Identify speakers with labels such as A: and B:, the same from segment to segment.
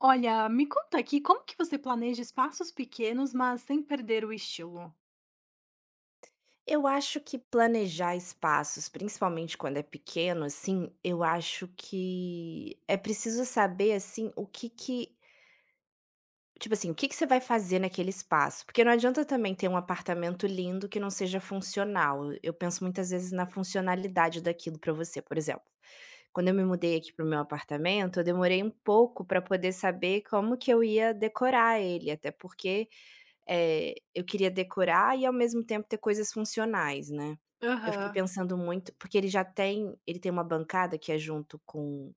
A: Olha, me conta aqui, como que você planeja espaços pequenos, mas sem perder o estilo?
B: Eu acho que planejar espaços, principalmente quando é pequeno, assim, eu acho que é preciso saber, assim, o que que tipo assim, o que que você vai fazer naquele espaço, porque não adianta também ter um apartamento lindo que não seja funcional. Eu penso muitas vezes na funcionalidade daquilo para você. Por exemplo, quando eu me mudei aqui para o meu apartamento, eu demorei um pouco para poder saber como que eu ia decorar ele, até porque eu queria decorar e ao mesmo tempo ter coisas funcionais, né. Eu fiquei
A: Aham.
B: pensando muito porque ele tem uma bancada que é junto com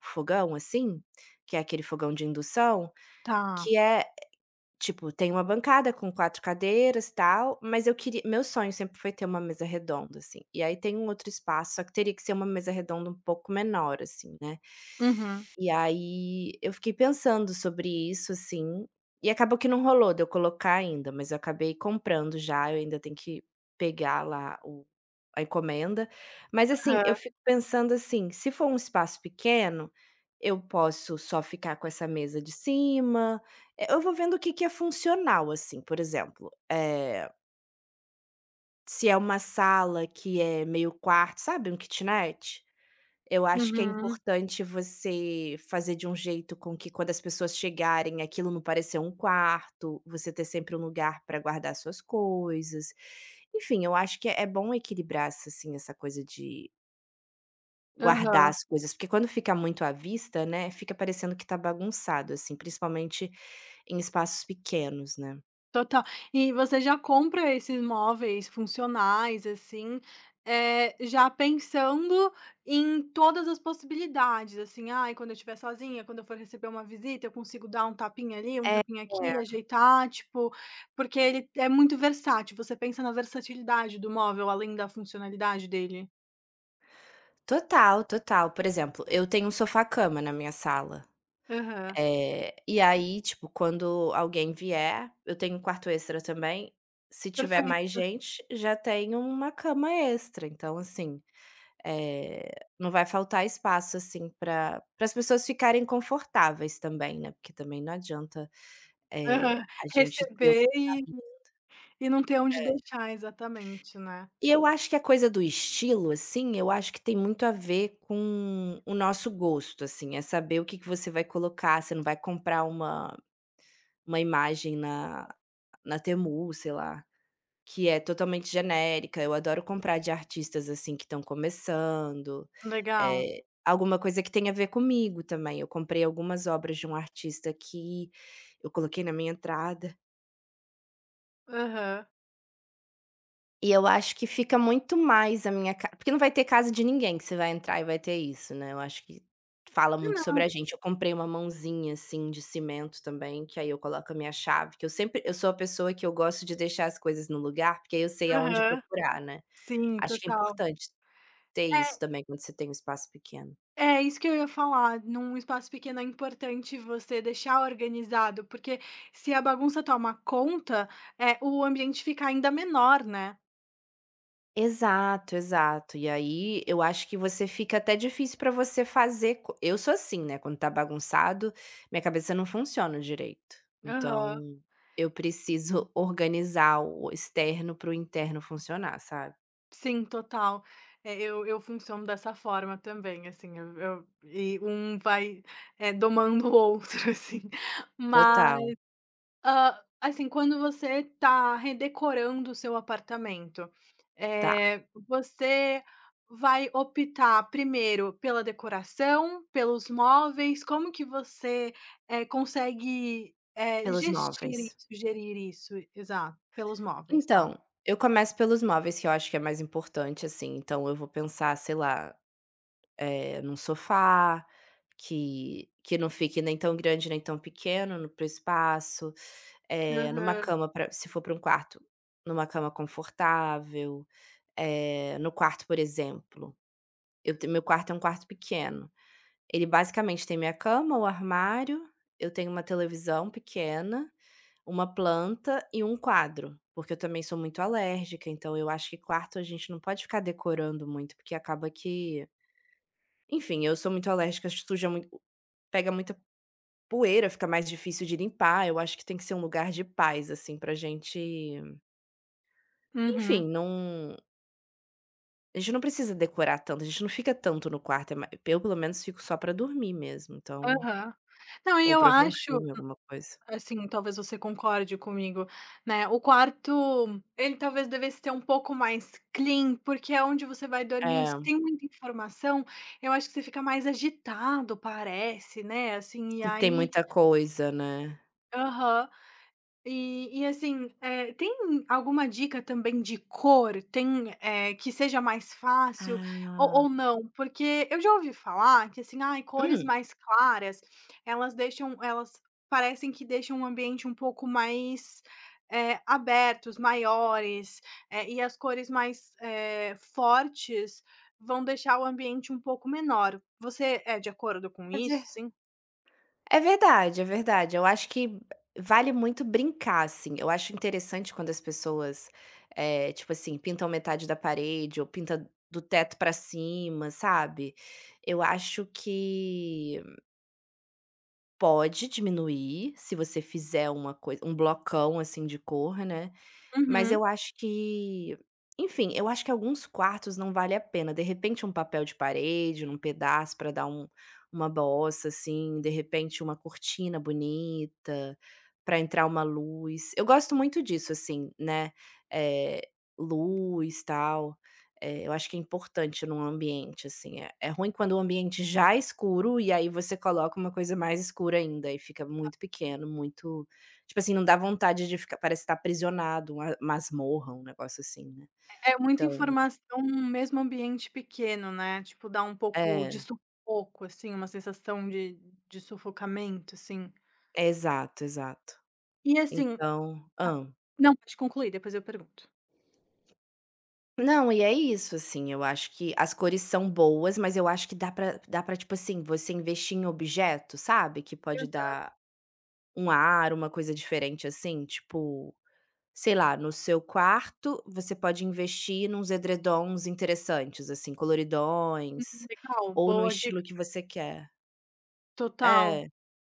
B: fogão, assim, que é aquele fogão de indução,
A: Tá.
B: que é, tipo, tem uma bancada com 4 cadeiras, e tal, mas eu queria meu sonho sempre foi ter uma mesa redonda, assim. E aí tem um outro espaço, só que teria que ser uma mesa redonda um pouco menor, assim, né.
A: Uhum.
B: E aí eu fiquei pensando sobre isso, assim, e acabou que não rolou de eu colocar ainda, mas eu acabei comprando já, eu ainda tenho que pegar lá o a encomenda. Mas assim,
A: Aham.
B: eu fico pensando assim, se for um espaço pequeno, eu posso só ficar com essa mesa de cima. Eu vou vendo o que que é funcional, assim, por exemplo, se é uma sala que é meio quarto, sabe, um kitnet? Eu acho que é
A: Uhum.
B: importante você fazer de um jeito com que quando as pessoas chegarem, aquilo não parecer um quarto, você ter sempre um lugar para guardar suas coisas. Enfim, eu acho que é bom equilibrar essa, assim, essa coisa de guardar
A: Aham.
B: as coisas, porque quando fica muito à vista, né, fica parecendo que tá bagunçado, assim, principalmente em espaços pequenos, né.
A: Total. E você já compra esses móveis funcionais, assim, já pensando em todas as possibilidades, assim: "Ai, quando eu estiver sozinha, quando eu for receber uma visita, eu consigo dar um tapinha ali, um
B: É,
A: tapinha aqui,
B: é.
A: ajeitar", tipo porque ele é muito versátil, você pensa na versatilidade do móvel, além da funcionalidade dele?
B: Total, total. Por exemplo, eu tenho um sofá-cama na minha sala.
A: Aham,
B: E aí, tipo, quando alguém vier, eu tenho um quarto extra também, se tiver mais
A: perfeito.
B: gente, já tem uma cama extra. Então, assim, não vai faltar espaço, assim, para as pessoas ficarem confortáveis também, né, porque também não adianta,
A: Aham.
B: a gente ter um.
A: Receber e não ter onde
B: É.
A: deixar, exatamente, né.
B: E eu acho que a coisa do estilo, assim, eu acho que tem muito a ver com o nosso gosto, assim, é saber o que que você vai colocar. Você não vai comprar uma imagem na Temu, sei lá, que é totalmente genérica. Eu adoro comprar de artistas, assim, que estão começando,
A: Legal.
B: alguma coisa que tenha a ver comigo também. Eu comprei algumas obras de um artista que eu coloquei na minha entrada.
A: Aham.
B: E eu acho que fica muito mais a minha ca porque não vai ter casa de ninguém que você vai entrar e vai ter isso, né. Eu acho que fala muito
A: Não.
B: sobre a gente. Eu comprei uma mãozinha, assim, de cimento também, que aí eu coloco a minha chave, que eu sempre eu sou a pessoa que eu gosto de deixar as coisas no lugar, porque aí eu sei aonde
A: Aham.
B: procurar, né.
A: Sim,
B: Acho que é
A: total.
B: importante ter isso também quando você tem um espaço pequeno.
A: É, é isso que eu ia falar, num espaço pequeno é importante você deixar organizado, porque se a bagunça toma conta, o ambiente fica ainda menor, né.
B: Exato, exato. E aí, eu acho que você fica até difícil para você fazer co eu sou assim, né, quando tá bagunçado, minha cabeça não funciona direito. Então,
A: Aham.
B: eu preciso organizar o externo para o interno funcionar, sabe.
A: Sim, total. É, eu funciono dessa forma também, assim, eu e um vai, domando o outro, assim. Mas
B: Total,
A: hã, assim, quando você está redecorando o seu apartamento,
B: tá.
A: você vai optar primeiro pela decoração, pelos móveis, como que você, consegue,
B: Pelos
A: gestir
B: móveis.
A: isso, gerir isso? Exato, pelos móveis, tá.
B: Então, eu começo pelos móveis, que eu acho que é mais importante, assim, então eu vou pensar, sei lá, num sofá, que não fique nem tão grande nem tão pequeno no para o espaço, numa
A: Aham.
B: cama pra se for para um quarto, numa cama confortável, no quarto. Por exemplo, eu te meu quarto é um quarto pequeno, ele basicamente tem minha cama, o armário, eu tenho uma televisão pequena, uma planta e um quadro, porque eu também sou muito alérgica, então eu acho que quarto a gente não pode ficar decorando muito, porque acaba que, enfim, eu sou muito alérgica, suja muito, pega muita poeira, fica mais difícil de limpar. Eu acho que tem que ser um lugar de paz, assim, pra gente,
A: Uhum.
B: enfim, não, a gente não precisa decorar tanto, a gente não fica tanto no quarto. É, ma eu pelo menos fico só pra dormir mesmo, então,
A: Aham. Não, e
B: ou
A: eu
B: pra ver um
A: acho
B: filme, alguma coisa.
A: assim, talvez você concorde comigo, né, o quarto, ele talvez devesse ter um pouco mais clean, porque é onde você vai dormir, se
B: É,
A: tem muita informação, eu acho que você fica mais agitado, parece, né, assim, e
B: se tem
A: aí
B: muita coisa, né.
A: aham. E assim, tem alguma dica também de cor? Tem, que seja mais fácil ou
B: Ah.
A: não? Porque eu já ouvi falar que assim, ai, cores
B: Hum.
A: mais claras, elas deixam elas parecem que deixam o ambiente um pouco mais, abertos, maiores, e as cores mais, fortes vão deixar o ambiente um pouco menor. Você é de acordo com isso,
B: É
A: assim?
B: É verdade, é verdade. Eu acho que vale muito brincar, assim. Eu acho interessante quando as pessoas, tipo assim, pintam metade da parede ou pinta do teto pra cima, sabe. Eu acho que pode diminuir, se você fizer uma coisa, um blocão, assim, de cor, né. Mas
A: Uhum.
B: eu acho que, enfim, eu acho que alguns quartos não vale a pena. De repente um papel de parede, num pedaço para dar um, uma bossa, assim, de repente uma cortina bonita, para entrar uma luz. Eu gosto muito disso, assim, né, eh, luz, tal. Eu acho que é importante num ambiente, assim. É é ruim quando o ambiente já é escuro, e aí você coloca uma coisa mais escura ainda, e fica muito pequeno, muito. Tipo assim, não dá vontade de ficar, parece estar aprisionado, uma masmorra, um negócio assim, né.
A: É muita
B: Então,
A: informação num mesmo ambiente pequeno, né, tipo, dá um pouco de
B: é,
A: sufoco, assim, uma sensação de sufocamento, assim.
B: é, exato, exato.
A: E assim
B: Então, hã.
A: não, pode concluir, depois eu pergunto.
B: Não, e é isso, assim, eu acho que as cores são boas, mas eu acho que dá pra, dá pra, tipo assim, você investir em objeto, sabe, que pode dar um ar, uma coisa diferente, assim, tipo, sei lá, no seu quarto você pode investir nos edredons interessantes, assim, coloridões,
A: Uhum, legal,
B: ou no
A: boa
B: estilo
A: dica,
B: que você quer.
A: total.
B: É.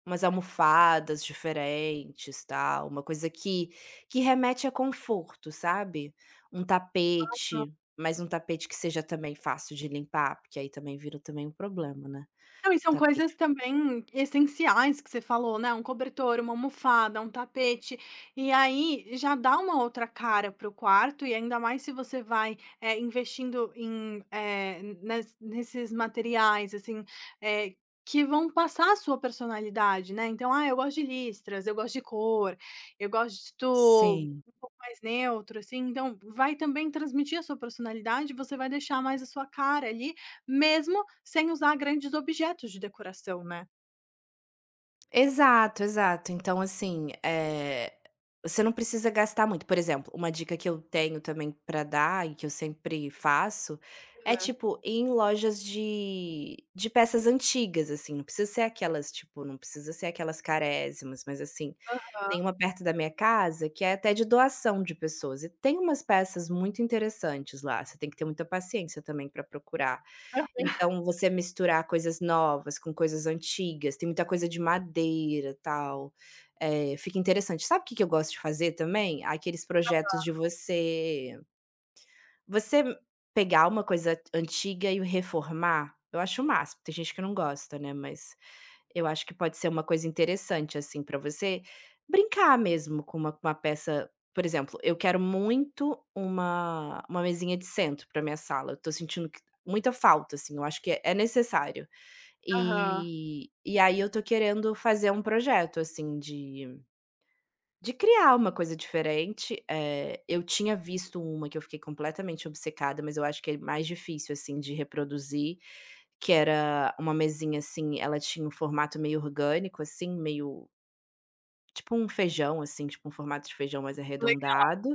B: Umas almofadas diferentes, tal, uma coisa que remete a conforto, sabe. Um tapete, mas um tapete que seja também fácil de limpar, porque aí também vira também um problema, né,
A: Não, e
B: o
A: são coisas
B: tapete.
A: também essenciais que você falou, né, um cobertor, uma almofada, um tapete, e aí já dá uma outra cara para o quarto, e ainda mais se você vai, investindo em, nesses materiais, assim, eh, que vão passar a sua personalidade, né. Então, "Ah, eu gosto de listras, eu gosto de cor, eu gosto
B: Sim.
A: mais neutro, assim, então vai também transmitir a sua personalidade, você vai deixar mais a sua cara ali, mesmo sem usar grandes objetos de decoração, né.
B: Exato, exato. Então, assim, você não precisa gastar muito. Por exemplo, uma dica que eu tenho também pra dar e que eu sempre faço é, tipo, ir em lojas de peças antigas, assim. Não precisa ser aquelas, tipo, não precisa ser aquelas carésimas, mas, assim, tem uma perto da minha casa que é até de doação de pessoas e tem umas peças muito interessantes lá, você tem que ter muita paciência também pra procurar. Então, você misturar coisas novas com coisas antigas, tem muita coisa de madeira, tal, fica interessante. Sabe o que que eu gosto de fazer também? Aqueles projetos de você pegar uma coisa antiga e reformar, eu acho o máximo. Tem gente que não gosta, né, mas eu acho que pode ser uma coisa interessante, assim, pra você brincar mesmo com uma peça. Por exemplo, eu quero muito uma mesinha de centro pra minha sala, eu tô sentindo que muita falta, assim, eu acho que é necessário.
A: Aham,
B: E aí eu tô querendo fazer um projeto, assim, de criar uma coisa diferente. Eu tinha visto uma que eu fiquei completamente obcecada, mas eu acho que é mais difícil, assim, de reproduzir, que era uma mesinha, assim, ela tinha um formato meio orgânico, assim, meio tipo um feijão, assim, tipo um formato de feijão mais
A: legal.
B: arredondado,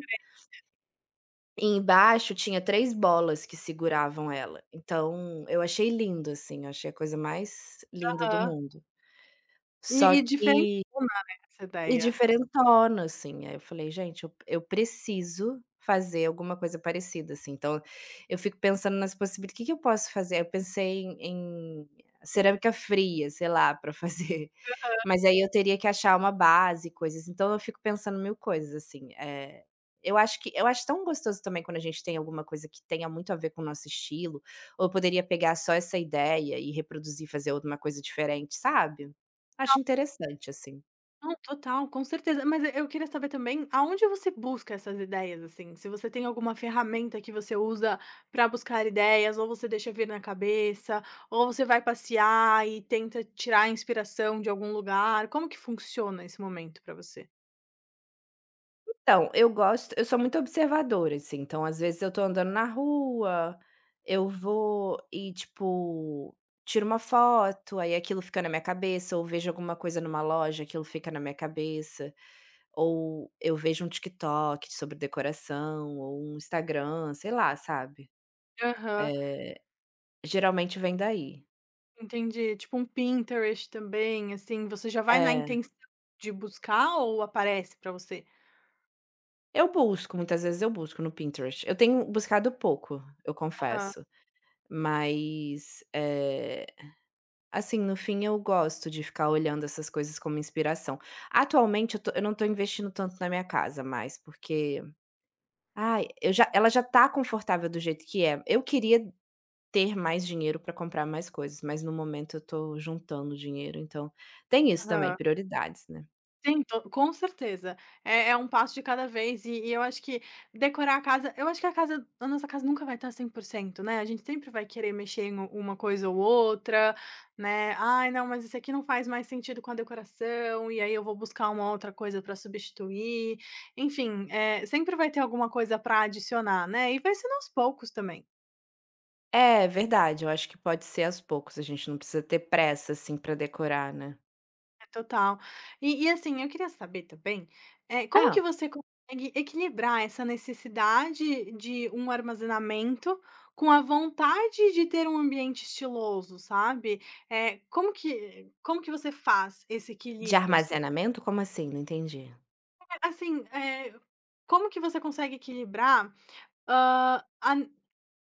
B: e embaixo tinha 3 bolas que seguravam ela. Então eu achei lindo, assim, eu achei a coisa mais linda do
A: Aham.
B: mundo.
A: E
B: Só
A: e
B: que...
A: diferentona, né, essa
B: E
A: ideia.
B: diferentona, assim. Aí eu falei: "Gente, eu preciso fazer alguma coisa parecida, assim". Então, eu fico pensando nas possibilidades: O "Que que eu posso fazer?". Aí eu pensei em cerâmica fria, sei lá, para fazer, mas aí eu teria que achar uma base, coisas. Então eu fico pensando mil coisas, assim. Eu acho tão gostoso também quando a gente tem alguma coisa que tenha muito a ver com o nosso estilo, ou eu poderia pegar só essa ideia e reproduzir, fazer alguma coisa diferente, sabe? Acho interessante, assim.
A: Não, total, com certeza. Mas eu queria saber também aonde você busca essas ideias, assim, se você tem alguma ferramenta que você usa pra buscar ideias, ou você deixa vir na cabeça, ou você vai passear e tenta tirar a inspiração de algum lugar, como que funciona esse momento pra você?
B: Então, eu gosto, eu sou muito observadora, assim, então às vezes eu tô andando na rua, eu vou e, tipo, tiro uma foto, aí aquilo fica na minha cabeça, ou vejo alguma coisa numa loja, aquilo fica na minha cabeça, ou eu vejo um TikTok sobre decoração, ou um Instagram, sei lá, sabe.
A: Aham,
B: Eh, geralmente vem daí.
A: entendi. Tipo um Pinterest também, assim, você já vai na
B: É.
A: intenção de buscar ou aparece pra você?
B: Eu busco, muitas vezes eu busco no Pinterest. Eu tenho buscado pouco, eu
A: Aham,
B: confesso, mas, assim, no fim eu gosto de ficar olhando essas coisas como inspiração. Atualmente eu não tô investindo tanto na minha casa mais, porque, ai, eu já ela já tá confortável do jeito que é. Eu queria ter mais dinheiro para comprar mais coisas, mas no momento eu tô juntando dinheiro, então tem isso também,
A: aham.
B: prioridades, né.
A: Sim, to com certeza. É é um passo de cada vez e eu acho que decorar a casa eu acho que a casa a nossa casa nunca vai estar 100% né, a gente sempre vai querer mexer em uma coisa ou outra, né, "Ai, não, mas isso aqui não faz mais sentido com a decoração", e aí eu vou buscar uma outra coisa para substituir. Enfim, é sempre vai ter alguma coisa para adicionar, né, e vai sendo aos poucos também.
B: É, verdade, eu acho que pode ser aos poucos, a gente não precisa ter pressa, assim, pra decorar, né.
A: Total. E assim, eu queria saber também, como que
B: Ah,
A: você consegue equilibrar essa necessidade de um armazenamento com a vontade de ter um ambiente estiloso, sabe? Como que você faz esse
B: de
A: equilíbrio, assim?
B: armazenamento? Como assim? Não entendi.
A: É, assim, como que você consegue equilibrar, hã, a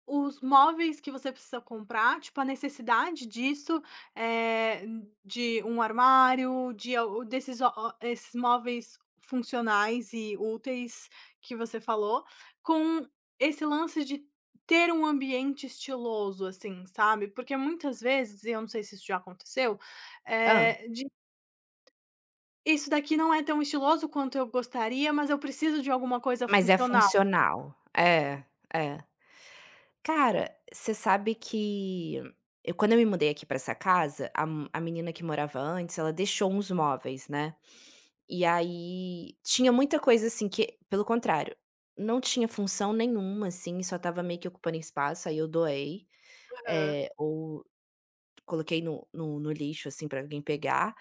A: os móveis que você precisa comprar, tipo, a necessidade disso, eh, de um armário, de al desses o esses móveis funcionais e úteis que você falou, com esse lance de ter um ambiente estiloso, assim, sabe. Porque muitas vezes, e eu não sei se isso já aconteceu,
B: ah
A: de: "Isso daqui não é tão estiloso quanto eu gostaria, mas eu preciso de alguma coisa
B: Mas é
A: funcional".
B: funcional. É, é. Cara, você sabe que eu, quando eu me mudei aqui pra essa casa, a menina que morava antes, ela deixou uns móveis, né, e aí tinha muita coisa, assim, que, pelo contrário, não tinha função nenhuma, assim, só tava meio que ocupando espaço, aí eu doei,
A: Aham.
B: ou coloquei no lixo, assim, pra alguém pegar.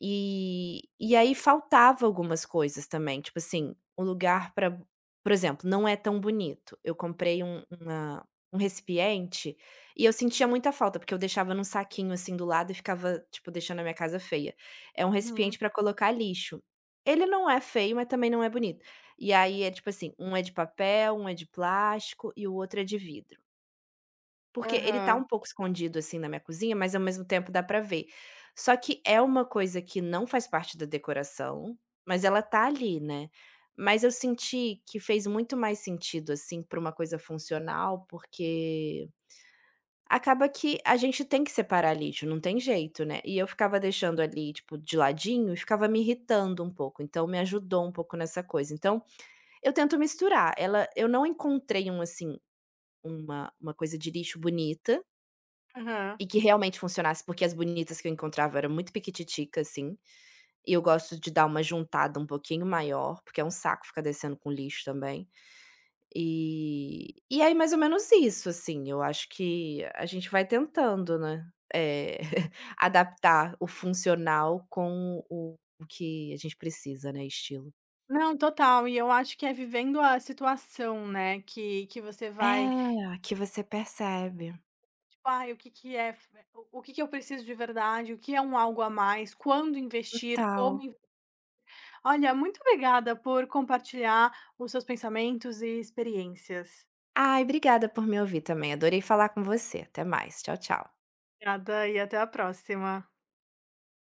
B: E aí faltava algumas coisas também, tipo assim, o lugar para, por exemplo, não é tão bonito. Eu comprei um, uma um recipiente, e eu sentia muita falta, porque eu deixava num saquinho, assim, do lado e ficava, tipo, deixando a minha casa feia. É um recipiente
A: Uhum.
B: para colocar lixo. Ele não é feio, mas também não é bonito. E aí é tipo assim, um é de papel, um é de plástico e o outro é de vidro. Porque ele tá
A: Aham.
B: um pouco escondido, assim, na minha cozinha, mas ao mesmo tempo dá pra ver. Só que é uma coisa que não faz parte da decoração, mas ela tá ali, né. Mas eu senti que fez muito mais sentido, assim, pra uma coisa funcional, porque acaba que a gente tem que separar lixo, não tem jeito, né. E eu ficava deixando ali, tipo, de ladinho e ficava me irritando um pouco, então me ajudou um pouco nessa coisa. Então, eu tento misturar. Ela, eu não encontrei um, assim, uma coisa de lixo bonita,
A: Aham.
B: e que realmente funcionasse, porque as bonitas que eu encontrava eram muito piquititica, assim, e eu gosto de dar uma juntada um pouquinho maior, porque é um saco ficar descendo com lixo também. E aí mais ou menos isso, assim, eu acho que a gente vai tentando, né, eh, adaptar o funcional com o que a gente precisa, né, estilo.
A: Não, total. E eu acho que é vivendo a situação, né, que você vai,
B: É, que você percebe.
A: tipo: "Ai, o que que eu preciso de verdade? O que é um algo a mais? Quando investir? Como
B: Total.
A: in" Olha, muito obrigada por compartilhar os seus pensamentos e experiências.
B: Ai, obrigada por me ouvir também, adorei falar com você. Até mais, tchau, tchau.
A: Obrigada e até a próxima.